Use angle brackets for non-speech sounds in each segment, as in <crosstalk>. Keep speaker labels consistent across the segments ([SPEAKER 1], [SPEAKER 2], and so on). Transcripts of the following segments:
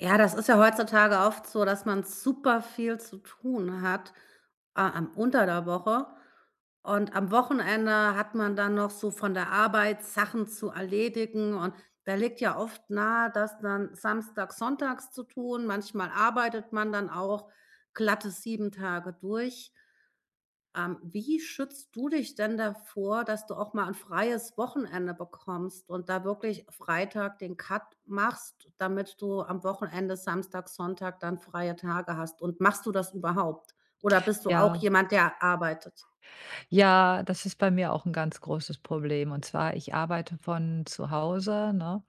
[SPEAKER 1] Ja, das ist ja heutzutage oft so, dass man super viel zu tun hat, a am unter der Woche. Und am Wochenende hat man dann noch so von der Arbeit Sachen zu erledigen und da liegt ja oft nahe, das dann samstags, sonntags zu tun. Manchmal arbeitet man dann auch glatte 7 Tage durch. Wie schützt du dich denn davor, dass du auch mal ein freies Wochenende bekommst und da wirklich Freitag den Cut machst, damit du am Wochenende, Samstag, Sonntag dann freie Tage hast? Und machst du das überhaupt? Oder bist du auch
[SPEAKER 2] Ja,
[SPEAKER 1] jemand, der arbeitet?
[SPEAKER 2] ja, das ist bei mir auch ein ganz großes Problem. Und zwar, ich arbeite von zu Hause, ne,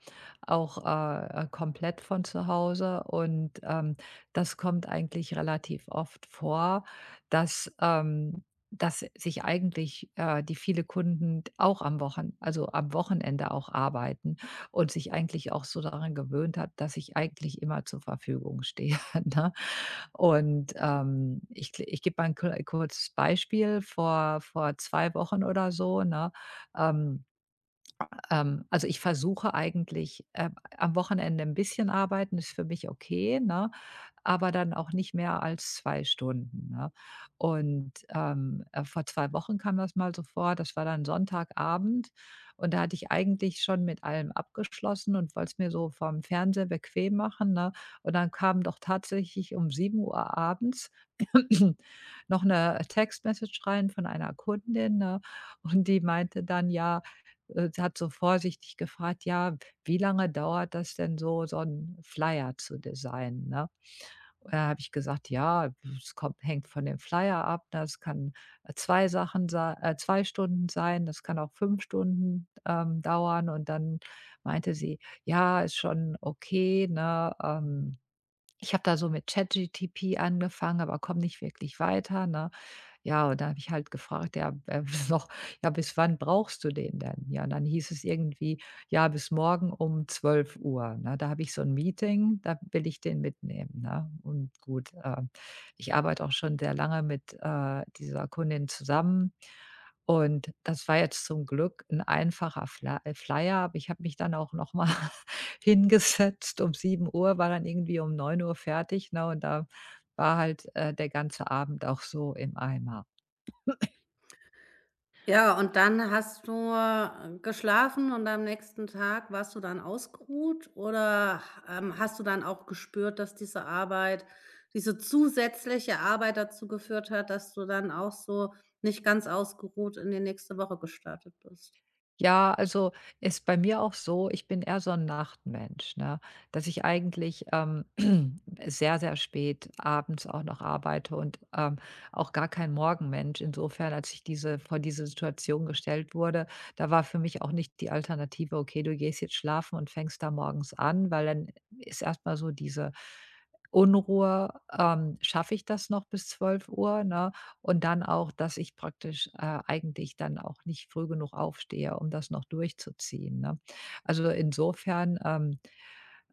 [SPEAKER 2] auch, komplett von zu Hause. Und, das kommt eigentlich relativ oft vor, dass, ähm dass sich eigentlich, die viele Kunden auch am Wochen also, am Wochenende auch arbeiten und sich eigentlich auch so daran gewöhnt hat, dass ich eigentlich immer zur Verfügung stehe, <laughs> ne? Und, ich gebe mal ein kle kurzes Beispiel vor 2 Wochen oder so, ne? Ähm also, ich versuche eigentlich, am Wochenende ein bisschen arbeiten ist für mich okay, ne? Aber dann auch nicht mehr als 2 Stunden, ne? Und, vor 2 Wochen kam das mal so vor, das war dann Sonntagabend und da hatte ich eigentlich schon mit allem abgeschlossen und wollte es mir so vom Fernseher bequem machen, ne? Und dann kam doch tatsächlich um sieben Uhr abends <clears throat> noch eine Textmessage rein von einer Kundin, ne? Und die meinte dann: „Ja", sie hat so vorsichtig gefragt: „Ja, wie lange dauert das denn so, so 'n Flyer zu designen", ne? Und da habe ich gesagt: „Ja, es kommt hängt von dem Flyer ab. Das kann 2 Sachen sei 2 Stunden sein, das kann auch 5 Stunden, dauern." Und dann meinte sie: „Ja, ist schon okay, ne? Ich habe da so mit ChatGTP angefangen, aber komme nicht wirklich weiter", ne? Ja, und da habe ich halt gefragt, ja, <laughs> noch: „Ja, bis wann brauchst du den denn?" Ja, und dann hieß es irgendwie: „Ja, bis morgen um 12:00", ne? Da habe ich so ein Meeting, da will ich den mitnehmen, ne? Und gut, ich arbeite auch schon sehr lange mit, dieser Kundin zusammen und das war jetzt zum Glück ein einfacher Flyer, aber ich habe mich dann auch noch mal <laughs> hingesetzt um sieben Uhr, war dann irgendwie um neun Uhr fertig, ne? Und da war halt, der ganze Abend auch so im Eimer.
[SPEAKER 1] Ja, und dann hast du, geschlafen und am nächsten Tag warst du dann ausgeruht oder, hast du dann auch gespürt, dass diese Arbeit diese zusätzliche Arbeit dazu geführt hat, dass du dann auch so nicht ganz ausgeruht in die nächste Woche gestartet bist?
[SPEAKER 2] Ja, also, ist bei mir auch so, ich bin eher so ein Nachtmensch, ne, dass ich eigentlich, <clears throat> sehr, sehr spät abends auch noch arbeite und, auch gar kein Morgenmensch. Insofern, als ich diese vor diese Situation gestellt wurde, da war für mich auch nicht die Alternative: „Okay, du gehst jetzt schlafen und fängst da morgens an", weil dann ist erstmal so diese Unruhe, schaffe ich das noch bis zwölf Uhr, ne? Und dann auch, dass ich praktisch, eigentlich dann auch nicht früh genug aufstehe, um das noch durchzuziehen, ne? Also, insofern, ähm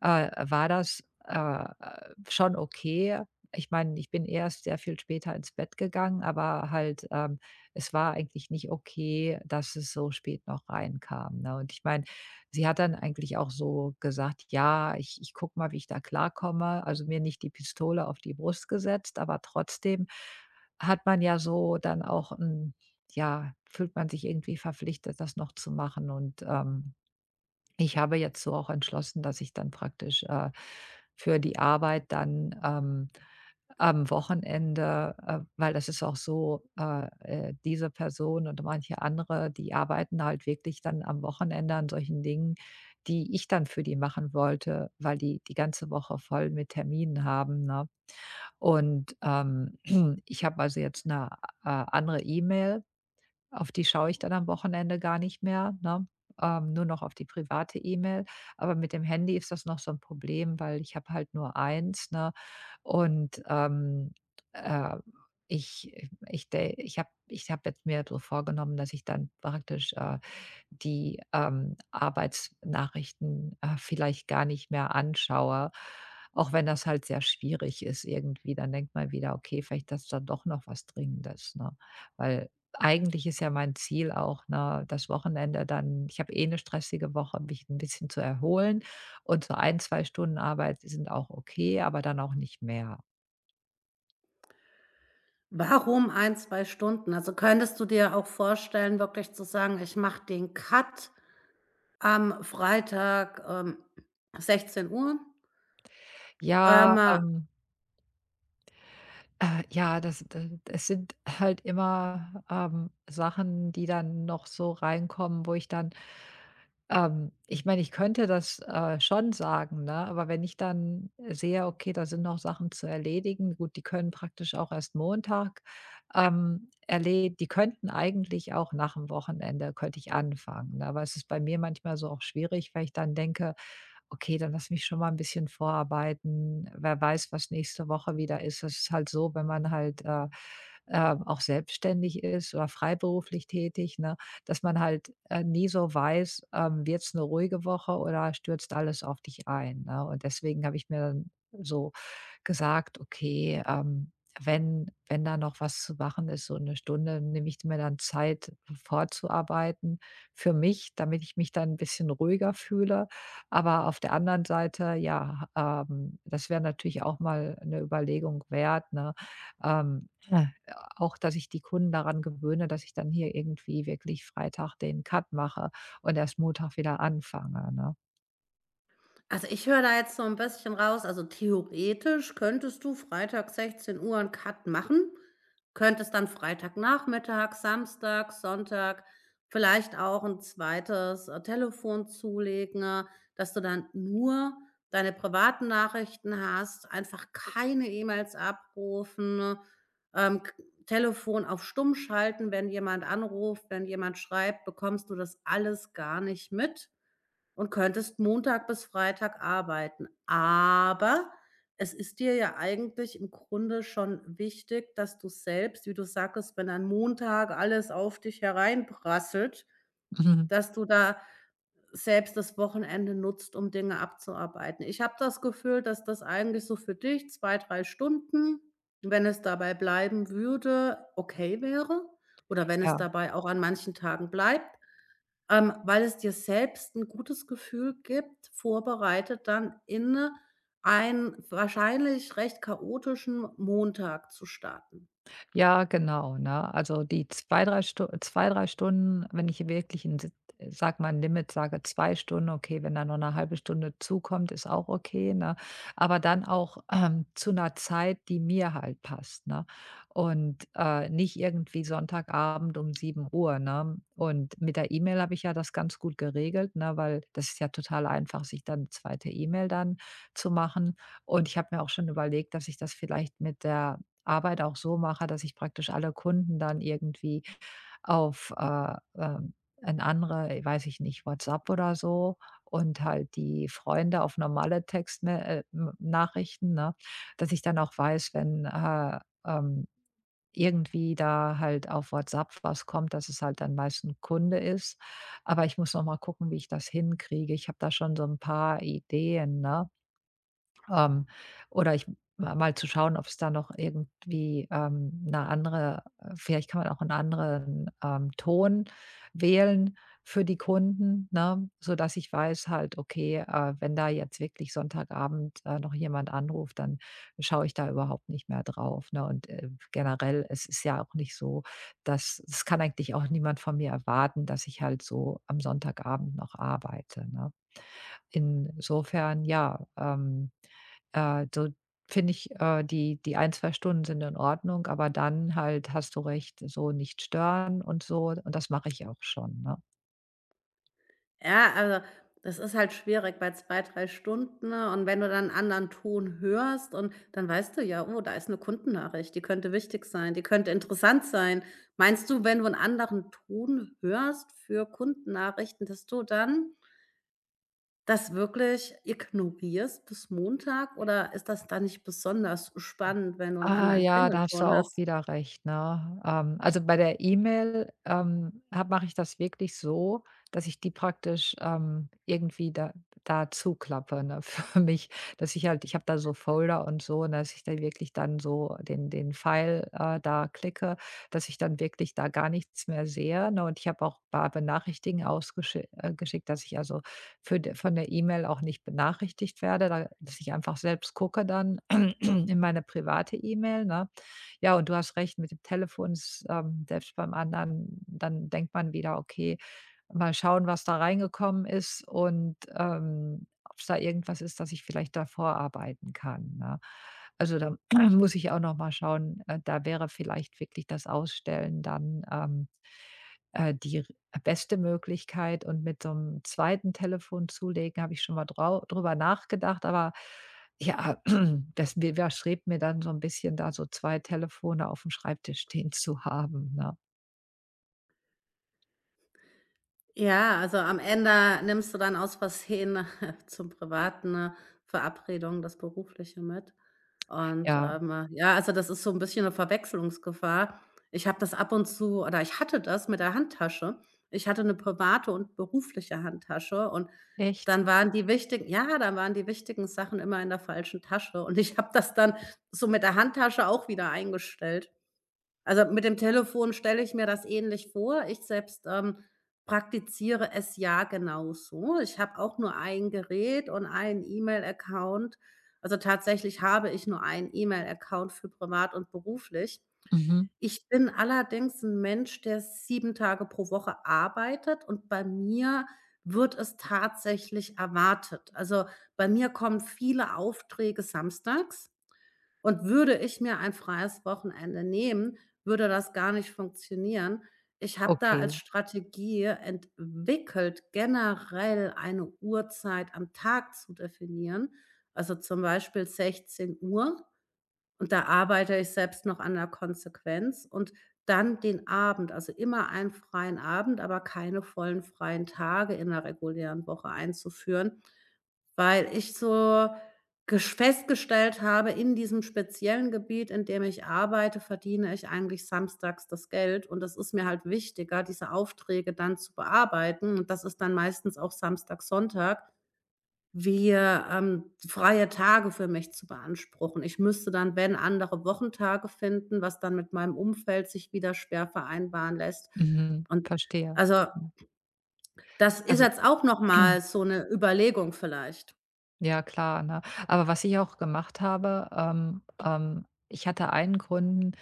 [SPEAKER 2] äh, war das, schon okay. Ich meine, ich bin erst sehr viel später ins Bett gegangen, aber halt, es war eigentlich nicht okay, dass es so spät noch reinkam, ne? Und ich meine, sie hat dann eigentlich auch so gesagt: „Ja, ich guck mal, wie ich da klarkomme." Also, mir nicht die Pistole auf die Brust gesetzt, aber trotzdem hat man ja so dann auch 'n ja, fühlt man sich irgendwie verpflichtet, das noch zu machen und, ich habe jetzt so auch entschlossen, dass ich dann praktisch, für die Arbeit dann, am Wochenende, weil das ist auch so, diese Person und manche andere, die arbeiten halt wirklich dann am Wochenende an solchen Dingen, die ich dann für die machen wollte, weil die die ganze Woche voll mit Terminen haben, ne? Und, <clears throat> ich habe also jetzt eine, andere E-Mail, auf die schaue ich dann am Wochenende gar nicht mehr, ne? Nur noch auf die private E-Mail. Aber mit dem Handy ist das noch so ein Problem, weil ich habe halt nur eins, ne? Und, äh, ich ich de ich habe ich hab jetzt mir so vorgenommen, dass ich dann praktisch, die, Arbeitsnachrichten, vielleicht gar nicht mehr anschaue, auch wenn das halt sehr schwierig ist irgendwie. Dann denkt man wieder: „Okay, vielleicht ist da doch noch was Dringendes", ne? Weil eigentlich ist ja mein Ziel auch, ne, das Wochenende dann, ich habe eh eine stressige Woche, mich ein bisschen zu erholen, und so ein 2 Stunden Arbeit sind auch okay, aber dann auch nicht mehr.
[SPEAKER 1] Warum ein 2 Stunden? Also, könntest du dir auch vorstellen, wirklich zu sagen: „Ich mache den Cut am Freitag, 16 Uhr.
[SPEAKER 2] Ja,
[SPEAKER 1] ähm,
[SPEAKER 2] ja, das d es sind halt immer, Sachen, die dann noch so reinkommen, wo ich dann. Ich meine, ich könnte das, schon sagen, ne? Aber wenn ich dann sehe, okay, da sind noch Sachen zu erledigen, gut, die können praktisch auch erst Montag, erle die könnten eigentlich auch nach dem Wochenende, könnte ich anfangen, ne? Aber es ist bei mir manchmal so auch schwierig, weil ich dann denke: Okay, dann lass mich schon mal ein bisschen vorarbeiten. Wer weiß, was nächste Woche wieder ist. Das ist halt so, wenn man halt, auch selbstständig ist oder freiberuflich tätig, ne, dass man halt, nie so weiß, wird's eine ruhige Woche oder stürzt alles auf dich ein, ne? Und deswegen habe ich mir dann so gesagt: „Okay, wenn da noch was zu machen ist, so eine Stunde, nehme ich mir dann Zeit vorzuarbeiten für mich, damit ich mich dann ein bisschen ruhiger fühle." Aber auf der anderen Seite, ja, das wäre natürlich auch mal eine Überlegung wert, ne? Ja, auch, dass ich die Kunden daran gewöhne, dass ich dann hier irgendwie wirklich Freitag den Cut mache und erst Montag wieder anfange, ne?
[SPEAKER 1] Also, ich höre da jetzt so ein bisschen raus, also, theoretisch könntest du Freitag 16 Uhr 'n Cut machen, könntest dann Freitagnachmittag, Samstag, Sonntag vielleicht auch ein zweites Telefon zulegen, dass du dann nur deine privaten Nachrichten hast, einfach keine E-Mails abrufen, ne? K Telefon auf stumm schalten, wenn jemand anruft, wenn jemand schreibt, bekommst du das alles gar nicht mit und könntest Montag bis Freitag arbeiten. Aber es ist dir ja eigentlich im Grunde schon wichtig, dass du selbst, wie du sagtest, wenn an Montag alles auf dich hereinprasselt,
[SPEAKER 2] Mhm.
[SPEAKER 1] dass du da selbst das Wochenende nutzt, um Dinge abzuarbeiten. Ich habe das Gefühl, dass das eigentlich so für dich 2, 3 Stunden, wenn es dabei bleiben würde, okay wäre oder wenn es
[SPEAKER 2] Ja.
[SPEAKER 1] dabei auch an manchen Tagen bleibt, weil es dir selbst ein gutes Gefühl gibt, vorbereitet dann in einen wahrscheinlich recht chaotischen Montag zu starten.
[SPEAKER 2] Ja, genau, ne? Also, die 2 3 Stu 2, 3 Stunden, wenn ich wirklich 'n si sage mal 'n Limit sage, 2 Stunden, okay, wenn da noch eine halbe Stunde zukommt, ist auch okay, ne? Aber dann auch, zu einer Zeit, die mir halt passt, ne? Und, nicht irgendwie Sonntagabend um 7:00, ne? Und mit der E-Mail habe ich ja das ganz gut geregelt, ne, weil das ist ja total einfach, sich dann eine zweite E-Mail dann zu machen. Und ich habe mir auch schon überlegt, dass ich das vielleicht mit der Arbeit auch so mache, dass ich praktisch alle Kunden dann irgendwie auf, 'n andere, weiß ich nicht, WhatsApp oder so, und halt die Freunde auf normale Textnachrichten, ne? Dass ich dann auch weiß, wenn, ähm, irgendwie da halt auf WhatsApp was kommt, dass es halt dann meist 'n Kunde ist. Aber ich muss noch mal gucken, wie ich das hinkriege. Ich habe da schon so ein paar Ideen, ne? Ähm, oder ich, ma mal zu schauen, ob es da noch irgendwie, 'ne andere vielleicht kann man auch einen anderen, Ton wählen für die Kunden, ne, sodass ich weiß halt, okay, wenn da jetzt wirklich Sonntagabend, noch jemand anruft, dann schaue ich da überhaupt nicht mehr drauf, ne? Und, generell, es ist ja auch nicht so, dass es kann eigentlich auch niemand von mir erwarten, dass ich halt so am Sonntagabend noch arbeite, ne? Insofern, ja, so finde ich, die ein 2 Stunden sind in Ordnung, aber dann halt, hast du recht, so nicht stören und so, und das mache ich auch schon, ne?
[SPEAKER 1] Ja, also, das ist halt schwierig bei 2, 3 Stunden, ne? Und wenn du dann 'n anderen Ton hörst und dann weißt du ja: „Oh, da ist eine Kundennachricht, die könnte wichtig sein, die könnte interessant sein.“ Meinst du, wenn du einen anderen Ton hörst für Kundennachrichten, dass du dann das wirklich ignorierst bis Montag oder ist das dann nicht besonders spannend, wenn du einen
[SPEAKER 2] Ah
[SPEAKER 1] anderen
[SPEAKER 2] ja, da hast du
[SPEAKER 1] Klingelton
[SPEAKER 2] auch
[SPEAKER 1] hast?
[SPEAKER 2] wieder recht, ne? Also, bei der E-Mail, mache ich das wirklich so, dass ich die praktisch, irgendwie da zuklappe, ne, <laughs> für mich, dass ich halt, ich habe da so Folder und so, und dass ich da wirklich dann so den Pfeil, da klicke, dass ich dann wirklich da gar nichts mehr sehe, ne? Und ich habe auch ein paar Benachrichtigungen geschickt, dass ich also, für de von der E-Mail auch nicht benachrichtigt werde, da dass ich einfach selbst gucke dann <clears throat> in meine private E-Mail, ne? Ja, und du hast recht, mit dem Telefon ist, selbst beim anderen dann denkt man wieder: „Okay, mal schauen, was da reingekommen ist und, ob's da irgendwas ist, dass ich vielleicht da vorarbeiten kann", ne? Also, da <clears throat> muss ich auch noch mal schauen, da wäre vielleicht wirklich das Ausstellen dann, die beste Möglichkeit, und mit so einem zweiten Telefon zulegen habe ich schon mal drau drüber nachgedacht, aber ja, <clears throat> das wi widerstrebt mir dann so ein bisschen, da so zwei Telefone auf dem Schreibtisch stehen zu haben, ne?
[SPEAKER 1] Ja, also, am Ende nimmst du dann aus Versehen <laughs> zum privaten Verabredung das Berufliche mit. Und,
[SPEAKER 2] Ja.
[SPEAKER 1] ja, also, das ist so ein bisschen eine Verwechslungsgefahr. Ich habe das ab und zu oder ich hatte das mit der Handtasche. Ich hatte eine private und berufliche Handtasche und
[SPEAKER 2] Echt?
[SPEAKER 1] dann waren die wichtigen Sachen immer in der falschen Tasche und ich habe das dann so mit der Handtasche auch wieder eingestellt. Also, mit dem Telefon stelle ich mir das ähnlich vor. Ich selbst, praktiziere es ja genauso. Ich habe auch nur ein Gerät und einen E-Mail-Account. Also, tatsächlich habe ich nur einen E-Mail-Account für privat und beruflich.
[SPEAKER 2] Mhm.
[SPEAKER 1] Ich bin allerdings ein Mensch, der 7 Tage pro Woche arbeitet und bei mir wird es tatsächlich erwartet. Also, bei mir kommen viele Aufträge samstags. Und würde ich mir ein freies Wochenende nehmen, würde das gar nicht funktionieren. Ich habe da als
[SPEAKER 2] Okay.
[SPEAKER 1] Strategie entwickelt, generell eine Uhrzeit am Tag zu definieren, also zum Beispiel 16 Uhr. Und da arbeite ich selbst noch an der Konsequenz und dann den Abend, also immer einen freien Abend, aber keine vollen freien Tage in der regulären Woche einzuführen. Weil ich so gesch festgestellt habe, in diesem speziellen Gebiet, in dem ich arbeite, verdiene ich eigentlich samstags das Geld und das ist mir halt wichtiger, diese Aufträge dann zu bearbeiten und das ist dann meistens auch Samstag, Sonntag, wie, freie Tage für mich zu beanspruchen. Ich müsste dann, wenn, andere Wochentage finden, was dann mit meinem Umfeld sich wieder schwer vereinbaren lässt.
[SPEAKER 2] Mhm.
[SPEAKER 1] Und
[SPEAKER 2] Verstehe.
[SPEAKER 1] also,
[SPEAKER 2] Ja.
[SPEAKER 1] das ist
[SPEAKER 2] Also.
[SPEAKER 1] jetzt auch noch
[SPEAKER 2] <clears throat>
[SPEAKER 1] mal so eine Überlegung vielleicht.
[SPEAKER 2] Ja, klar, ne? Aber was ich auch gemacht habe, ich hatte einen Kunden,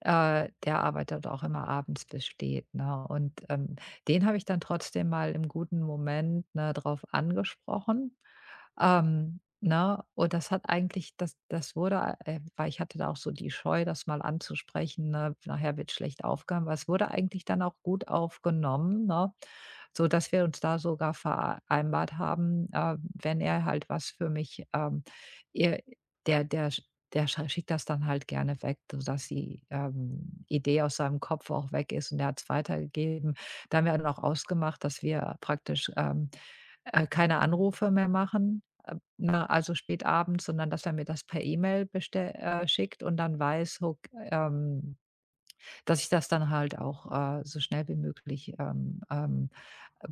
[SPEAKER 2] der arbeitet auch immer abends bis spät, ne? Und, den habe ich dann trotzdem mal im guten Moment, ne, drauf angesprochen, ne? Und das hat eigentlich, das das wurde weil ich hatte da auch so die Scheu, das mal anzusprechen, ne? Nachher wird schlecht aufgenommen, aber es wurde eigentlich dann auch gut aufgenommen, ne? so dass wir uns da sogar vereinbart haben, wenn er halt was für mich, er der der sch schickt das dann halt gerne weg, sodass die, Idee aus seinem Kopf auch weg ist und er hat es weitergegeben. Da haben wir dann auch ausgemacht, dass wir praktisch, keine Anrufe mehr machen, ne, also spät abends, sondern dass er mir das per E-Mail, bestell schickt, und dann weiß, ok, dass ich das dann halt auch, so schnell wie möglich,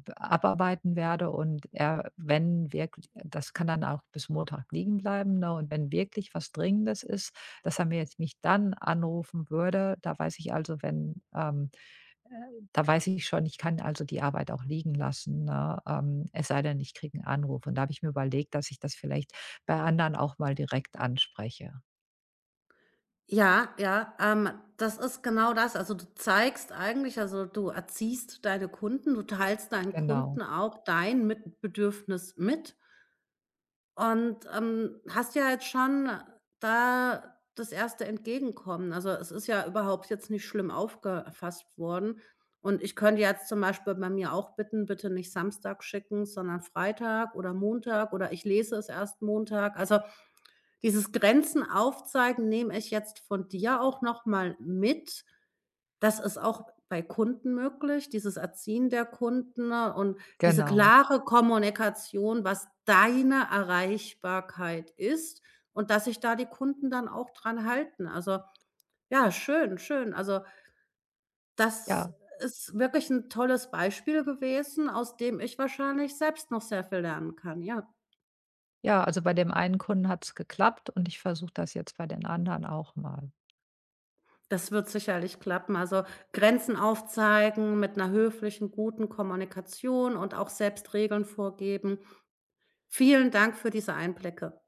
[SPEAKER 2] b abarbeiten werde, und, wenn wirklich das kann dann auch bis Montag liegen bleiben, ne, und wenn wirklich was Dringendes ist, dass er mir jetzt mich dann anrufen würde, da weiß ich also, wenn, äh da weiß ich schon, ich kann also die Arbeit auch liegen lassen, ne, es sei denn, ich kriege einen Anruf. Und da habe ich mir überlegt, dass ich das vielleicht bei anderen auch mal direkt anspreche.
[SPEAKER 1] Ja, ja, das ist genau das. Also, du zeigst eigentlich also, du erziehst deine Kunden, du teilst deinen
[SPEAKER 2] Genau,
[SPEAKER 1] Kunden auch dein mit Bedürfnis mit und, hast ja jetzt schon da das erste Entgegenkommen. Also, es ist ja überhaupt jetzt nicht schlimm aufgefasst worden und ich könnte jetzt zum Beispiel bei mir auch bitten: „Bitte nicht Samstag schicken, sondern Freitag oder Montag“ oder „Ich lese es erst Montag.“ Also, dieses Grenzen aufzeigen nehme ich jetzt von dir auch noch mal mit. Das ist auch bei Kunden möglich, dieses Erziehen der Kunden, ne? Und diese
[SPEAKER 2] genau,
[SPEAKER 1] klare Kommunikation, was deine Erreichbarkeit ist und dass sich da die Kunden dann auch dran halten. Also, ja, schön, schön. Also, das
[SPEAKER 2] ja.
[SPEAKER 1] ist wirklich ein tolles Beispiel gewesen, aus dem ich wahrscheinlich selbst noch sehr viel lernen kann, ja.
[SPEAKER 2] Ja, also bei dem einen Kunden hat's geklappt und ich versuche das jetzt bei den anderen auch mal.
[SPEAKER 1] Das wird sicherlich klappen. Also, Grenzen aufzeigen mit einer höflichen, guten Kommunikation und auch selbst Regeln vorgeben. Vielen Dank für diese Einblicke.